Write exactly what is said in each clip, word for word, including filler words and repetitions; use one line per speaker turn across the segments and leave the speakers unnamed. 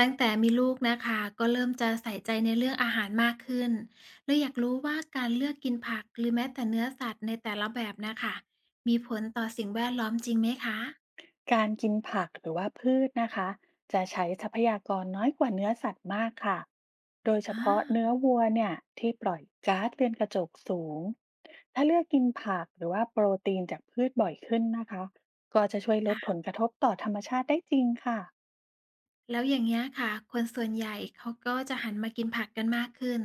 ตั้งแต่มีลูกนะคะก็เริ่มจะใส่ใจในเรื่องอาหารมากขึ้นเลยอยากรู้ว่าการเลือกกินผักหรือแม้แต่เนื้อสัตว์ในแต่ละแบบนะคะมีผลต่อสิ่งแวดล้อมจริงไหมคะ
การกินผักหรือว่าพืชนะคะจะใช้ทรัพยากรน้อยกว่าเนื้อสัตว์มากค่ะโดยเฉ
อ่
พาะ
า
เนื้อวัวเนี่ยที่ปล่อยก๊าซเรือนกระจกสูงถ้าเลือกกินผักหรือว่าโปรตีนจากพืชบ่อยขึ้นนะคะก็จะช่วยลด
ค่ะ
ผลกระทบต่อธรรมชาติได้จริงค่ะ
แล้วอย่างเงี้ยค่ะคนส่วนใหญ่เขาก็จะหันมากินผักกันมากขึ้น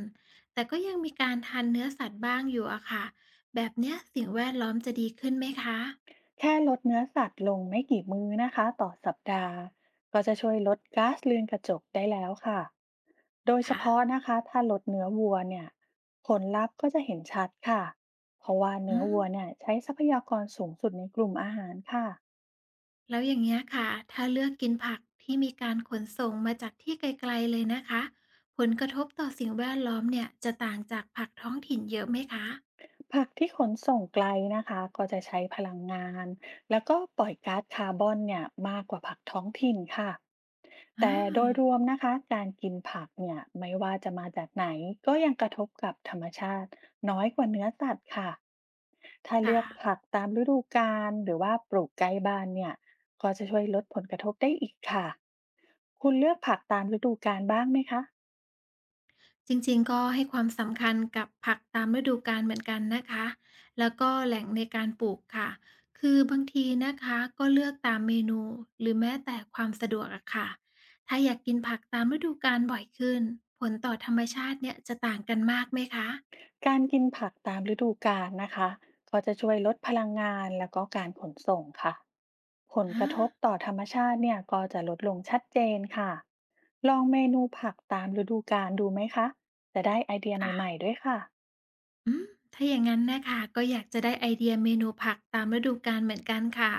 แต่ก็ยังมีการทานเนื้อสัตว์บ้างอยู่อะค่ะแบบเนี้ยสิ่งแวดล้อมจะดีขึ้นไหมคะ
แค่ลดเนื้อสัตว์ลงไม่กี่มื้อนะคะต่อสัปดาห์ก็จะช่วยลดก๊าซเรือนกระจกได้แล้วค่ะโดยเฉ
ค่ะ
พาะนะคะถ้าลดเนื้อวัวเนี่ยผลลัพธ์ก็จะเห็นชัดค่ะเพราะว่า
อื
เนื้อ
ม
วัวเนี่ยใช้ทรัพยากรสูงสุดในกลุ่มอาหารค่ะ
แล้วอย่างเงี้ยค่ะถ้าเลือกกินผักที่มีการขนส่งมาจากที่ไกลๆเลยนะคะผลกระทบต่อสิ่งแวดล้อมเนี่ยจะต่างจากผักท้องถิ่นเยอะไหมคะ
ผักที่ขนส่งไกลนะคะก็จะใช้พลังงานแล้วก็ปล่อยก๊าซคาร์บอนเนี่ยมากกว่าผักท้องถิ่นค่ะ
อา
แต่โดยรวมนะคะการกินผักเนี่ยไม่ว่าจะมาจากไหนก็ยังกระทบกับธรรมชาติน้อยกว่าเนื้อสัตว์ค่ะถ้า
ค่ะ
เลือกผักตามฤดูกาลหรือว่าปลูกใกล้บ้านเนี่ยก็จะช่วยลดผลกระทบได้อีกค่ะคุณเลือกผักตามฤดูกาลบ้างไหมคะ
จริงๆก็ให้ความสำคัญกับผักตามฤดูกาลเหมือนกันนะคะแล้วก็แหล่งในการปลูกค่ะคือบางทีนะคะก็เลือกตามเมนูหรือแม้แต่ความสะดวกอะค่ะถ้าอยากกินผักตามฤดูกาลบ่อยขึ้นผลต่อธรรมชาติเนี่ยจะต่างกันมากไหมคะ
การกินผักตามฤดูกาลนะคะก็จะช่วยลดพลังงานแล้วก็การขนส่งค่ะผล
อา
กระทบต่อธรรมชาติเนี่ยก็จะลดลงชัดเจนค่ะลองเมนูผักตามฤดูกาลดูไหมคะจะได้ไอเดียให
ค่ะ
ม่ๆด้วยค่ะ
อืมถ้าอย่างนั้นนะคะก็อยากจะได้ไอเดียเมนูผักตามฤดูกาลเหมือนกันค่ะ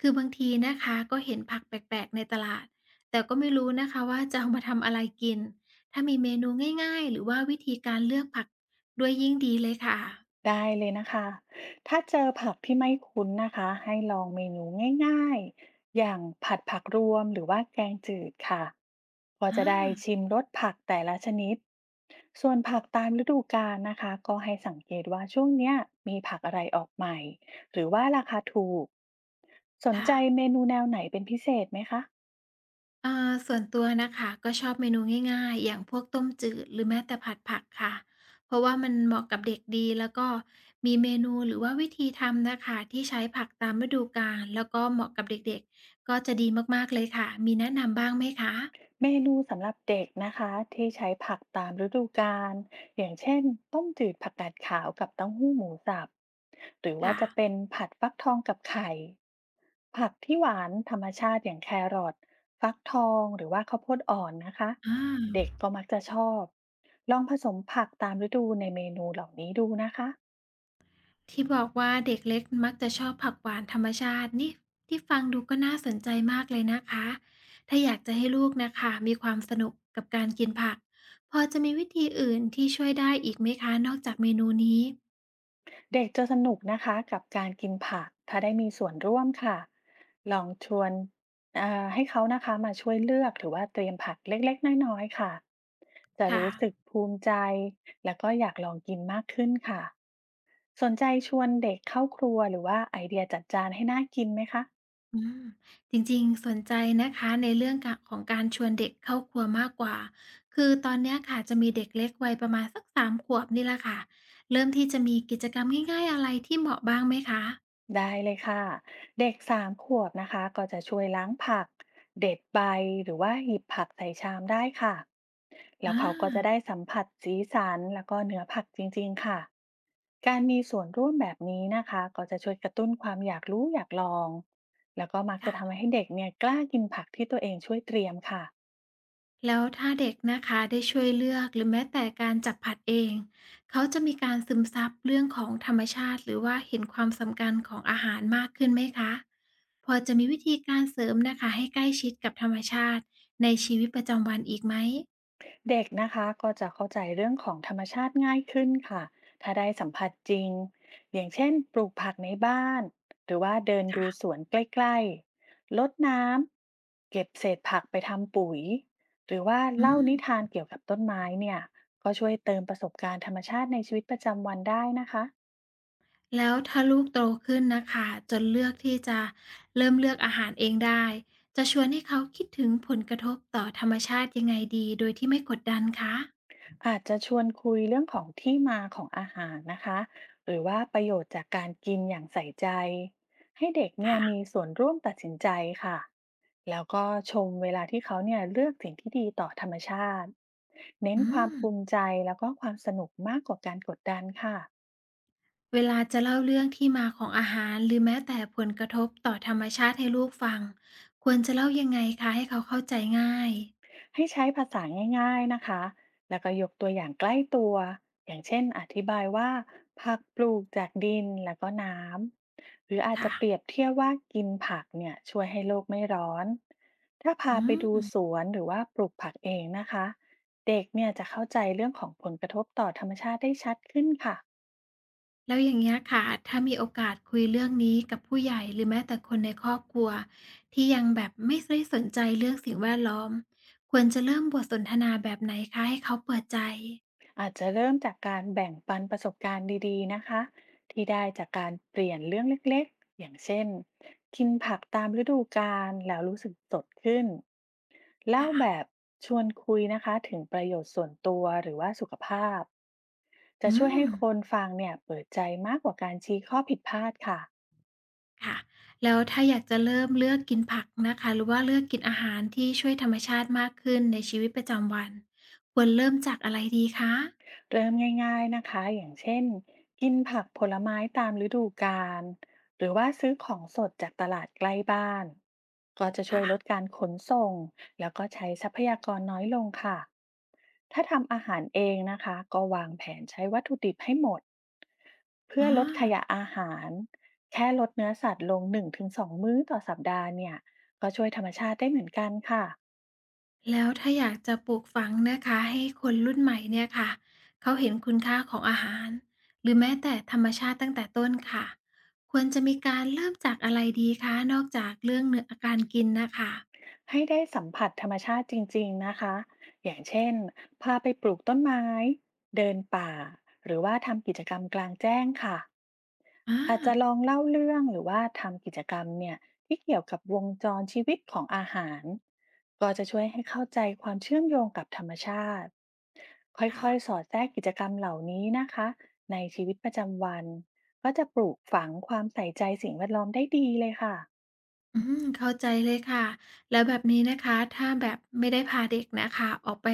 คือบางทีนะคะก็เห็นผักแปลกๆในตลาดแต่ก็ไม่รู้นะคะว่าจะเอามาทำอะไรกินถ้ามีเมนูง่ายๆหรือว่าวิธีการเลือกผักด้วยยิ่งดีเลยค่ะ
ได้เลยนะคะ ถ้าเจอผักที่ไม่คุ้นนะคะให้ลองเมนูง่ายๆอย่างผัดผักรวมหรือว่าแกงจืดค่ะพอ
อา
จะได้ชิมรสผักแต่ละชนิด ส่วนผักตามฤดูกาลนะคะก็ให้สังเกตว่าช่วงเนี้ยมีผักอะไรออกใหม่หรือว่าราคาถูก สน
ค่ะ
ใจเมนูแนวไหนเป็นพิเศษไหมคะ
อ่าส่วนตัวนะคะก็ชอบเมนูง่ายๆอย่างพวกต้มจืดหรือแม้แต่ผัดผักค่ะเพราะว่ามันเหมาะกับเด็กดีแล้วก็มีเมนูหรือว่าวิธีทำนะคะที่ใช้ผักตามฤดูกาลแล้วก็เหมาะกับเด็กๆก็จะดีมากๆเลยค่ะมีแนะนำบ้างไหมคะ
เมนูสำหรับเด็กนะคะที่ใช้ผักตามฤดูกาลอย่างเช่นต้มจืดผักกาดขาวกับเต้าหู้หมูสับหรือว่า
ค่ะ
จะเป็นผัดฟักทองกับไข่ผักที่หวานธรรมชาติอย่างแครอทฟักทองหรือว่าข้าวโพดอ่อนนะคะ
อ
เด็
า
กก็มักจะชอบลองผสมผักตามฤดูในเมนูเหล่านี้ดูนะคะ
ที่บอกว่าเด็กเล็กมักจะชอบผักหวานธรรมชาตินี่ที่ฟังดูก็น่าสนใจมากเลยนะคะถ้าอยากจะให้ลูกนะคะมีความสนุกกับการกินผักพอจะมีวิธีอื่นที่ช่วยได้อีกไหมคะนอกจากเมนูนี้
เด็กจะสนุกนะคะกับการกินผักถ้าได้มีส่วนร่วมค่ะลองชวนเอ่อให้เขานะคะมาช่วยเลือกหรือว่าเตรียมผักเล็กๆน้อยๆค่ะจะ
ค่ะ
รู้สึกภูมิใจแล้วก็อยากลองกินมากขึ้นค่ะสนใจชวนเด็กเข้าครัวหรือว่าไอเดียจัดจานให้น่ากินไหมคะ
อืมจริงๆสนใจนะคะในเรื่องกะของการชวนเด็กเข้าครัวมากกว่าคือตอนเนี้ยค่ะจะมีเด็กเล็กวัยประมาณสักสามขวบนี่แหละค่ะเริ่มที่จะมีกิจกรรมง่ายๆอะไรที่เหมาะบ้างไหมคะ
ได้เลยค่ะเด็กสามขวบนะคะก็จะช่วยล้างผักเด็ดใบหรือว่าหยิบผักใส่ชามได้ค่ะแล้ว
อา
เขาก็จะได้สัมผัสสีสันแล้วก็เนื้อผักจริงๆค่ะการมีส่วนร่วมแบบนี้นะคะก็จะช่วยกระตุ้นความอยากรู้อยากลองแล้วก็มักจะทำ
ค่ะ
ให้เด็กเนี่ยกล้ากินผักที่ตัวเองช่วยเตรียมค่ะ
แล้วถ้าเด็กนะคะได้ช่วยเลือกหรือแม้แต่การจับผัดเองเขาจะมีการซึมซับเรื่องของธรรมชาติหรือว่าเห็นความสำคัญของอาหารมากขึ้นไหมคะพอจะมีวิธีการเสริมนะคะให้ใกล้ชิดกับธรรมชาติในชีวิตประจำวันอีกไหม
เด็กนะคะก็จะเข้าใจเรื่องของธรรมชาติง่ายขึ้นค่ะถ้าได้สัมผัสจริงอย่างเช่นปลูกผักในบ้านหรือว่าเดินดูส
ค่ะ
วนใกล้ๆลดน้ำเก็บเศษผักไปทำปุ๋ยหรือว่า
อื
เล่านิ
ม
ทานเกี่ยวกับต้นไม้เนี่ยก็ช่วยเติมประสบการณ์ธรรมชาติในชีวิตประจำวันได้นะคะ
แล้วถ้าลูกโตขึ้นนะคะจนเลือกที่จะเริ่มเลือกอาหารเองได้จะชวนให้เขาคิดถึงผลกระทบต่อธรรมชาติยังไงดีโดยที่ไม่กดดันคะ
อาจจะชวนคุยเรื่องของที่มาของอาหารนะคะ หรือว่าประโยชน์จากการกินอย่างใส่ใจ ให้เด็กเนี่ย
ค่ะ
มีส่วนร่วมตัดสินใจค่ะ แล้วก็ชมเวลาที่เขาเนี่ยเลือกสิ่งที่ดีต่อธรรมชาติ เน้น
อื
ความภู
ม
มิใจแล้วก็ความสนุกมากกว่าการกดดันค่ะ
เวลาจะเล่าเรื่องที่มาของอาหารหรือแม้แต่ผลกระทบต่อธรรมชาติให้ลูกฟังควรจะเล่ายังไงคะให้เขาเข้าใจง่าย
ให้ใช้ภาษาง่ายๆนะคะแล้วก็ยกตัวอย่างใกล้ตัว อย่างเช่นอธิบายว่าผักปลูกจากดินแล้วก็น้ำ หรืออาจ
ค่ะ
จะเปรียบเทียบว่ากินผักเนี่ยช่วยให้โลกไม่ร้อน ถ้าพา
อื
ไปดูส
ม
วนหรือว่าปลูกผักเองนะคะ เด็กเนี่ยจะเข้าใจเรื่องของผลกระทบต่อธรรมชาติได้ชัดขึ้นค่ะ
แล้วอย่างเงี้ยค่ะถ้ามีโอกาสคุยเรื่องนี้กับผู้ใหญ่หรือแม้แต่คนในครอบครัวที่ยังแบบไม่ได้สนใจเรื่องสิ่งแวดล้อมควรจะเริ่มบทสนทนาแบบไหนคะให้เขาเปิดใจ
อาจจะเริ่มจากการแบ่งปันประสบการณ์ดีๆนะคะที่ได้จากการเปลี่ยนเรื่องเล็กๆอย่างเช่นกินผักตามฤดูกาลแล้วรู้สึกสดขึ้นเล่า
ค่ะ
แบบชวนคุยนะคะถึงประโยชน์ส่วนตัวหรือว่าสุขภาพจะ
อื
ช่วย
ม
ให้คนฟังเนี่ยเปิดใจมากกว่าการชี้ข้อผิดพลาดค่ะ
ค่ะแล้วถ้าอยากจะเริ่มเลือกกินผักนะคะหรือว่าเลือกกินอาหารที่ช่วยธรรมชาติมากขึ้นในชีวิตประจำวันควรเริ่มจากอะไรดีคะ
เริ่มง่ายๆนะคะอย่างเช่นกินผักผลไม้ตามฤดูกาลหรือว่าซื้อของสดจากตลาดใกล้บ้าน ก็จะช่ว
ค่ะ
ยลดการขนส่ง แล้วก็ใช้ทรัพยากรน้อยลงค่ะ ถ้าทำอาหารเองนะคะ ก็วางแผนใช้วัตถุดิบให้หมด
อ๋
เพื่
อ
อลดขยะอาหาร แค่ลดเนื้อสัตว์ลงหนึ่งถึงสองมื้อมื้อต่อสัปดาห์เนี่ย ก็ช่วยธรรมชาติได้เหมือนกันค่ะ
แล้วถ้าอยากจะปลูกฝังนะคะให้คนรุ่นใหม่เนี่ยค่ะเขาเห็นคุณค่าของอาหารหรือแม้แต่ธรรมชาติตั้งแต่ต้นค่ะควรจะมีการเริ่มจากอะไรดีคะนอกจากเรื่องเนื้ออาการกินน่ะค่ะ
ให้ได้สัมผัสธรรมชาติจริงๆนะคะอย่างเช่นพาไปปลูกต้นไม้ เดินป่า หรือว่าทำกิจกรรมกลางแจ้งค่ะ
อา
อาจจะลองเล่าเรื่องหรือว่าทำกิจกรรมเนี่ยที่เกี่ยวกับวงจรชีวิตของอาหารก็จะช่วยให้เข้าใจความเชื่อมโยงกับธรรมชาติค่
ค่ะ
อยๆสอดแทรกกิจกรรมเหล่านี้นะคะในชีวิตประจำวัน ก็จะปลูกฝังความใส่ใจสิ่งแวดล้อมได้ดีเลยค่ะ
อืมเข้าใจเลยค่ะแล้วแบบนี้นะคะถ้าแบบไม่ได้พาเด็กนะคะออกไป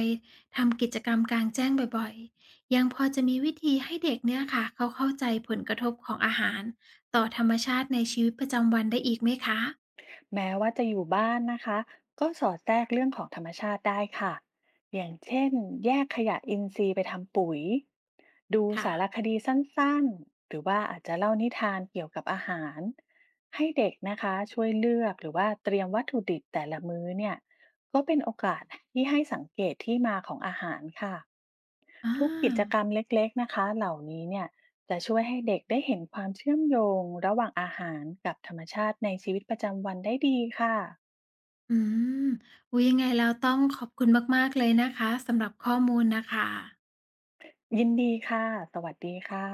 ทำกิจกรรมกลางแจ้งบ่อยๆยังพอจะมีวิธีให้เด็กเนี่ยค่ะเขาเข้าใจผลกระทบของอาหารต่อธรรมชาติในชีวิตประจำวันได้อีกไหมคะ
แม้ว่าจะอยู่บ้านนะคะก็สอดแทรกเรื่องของธรรมชาติได้ค่ะอย่างเช่นแยกขยะอินทรีย์ไปทำปุ๋ยดู
ค่ะ
สารคดีสั้นๆหรือว่าอาจจะเล่านิทานเกี่ยวกับอาหารให้เด็กนะคะช่วยเลือกหรือว่าเตรียมวัตถุดิบแต่ละมื้อเนี่ยก็เป็นโอกาสที่ให้สังเกตที่มาของอาหารค่ะ
อา
ทุกกิจกรรมเล็กๆนะคะเหล่านี้เนี่ยจะช่วยให้เด็กได้เห็นความเชื่อมโยงระหว่างอาหารกับธรรมชาติในชีวิตประจำวันได้ดีค่ะ
อืมอุ๊ยยังไงแล้วต้องขอบคุณมากๆเลยนะคะสำหรับข้อมูลน่ะค่ะ
ยินดีค่ะสวัสดีค่ะ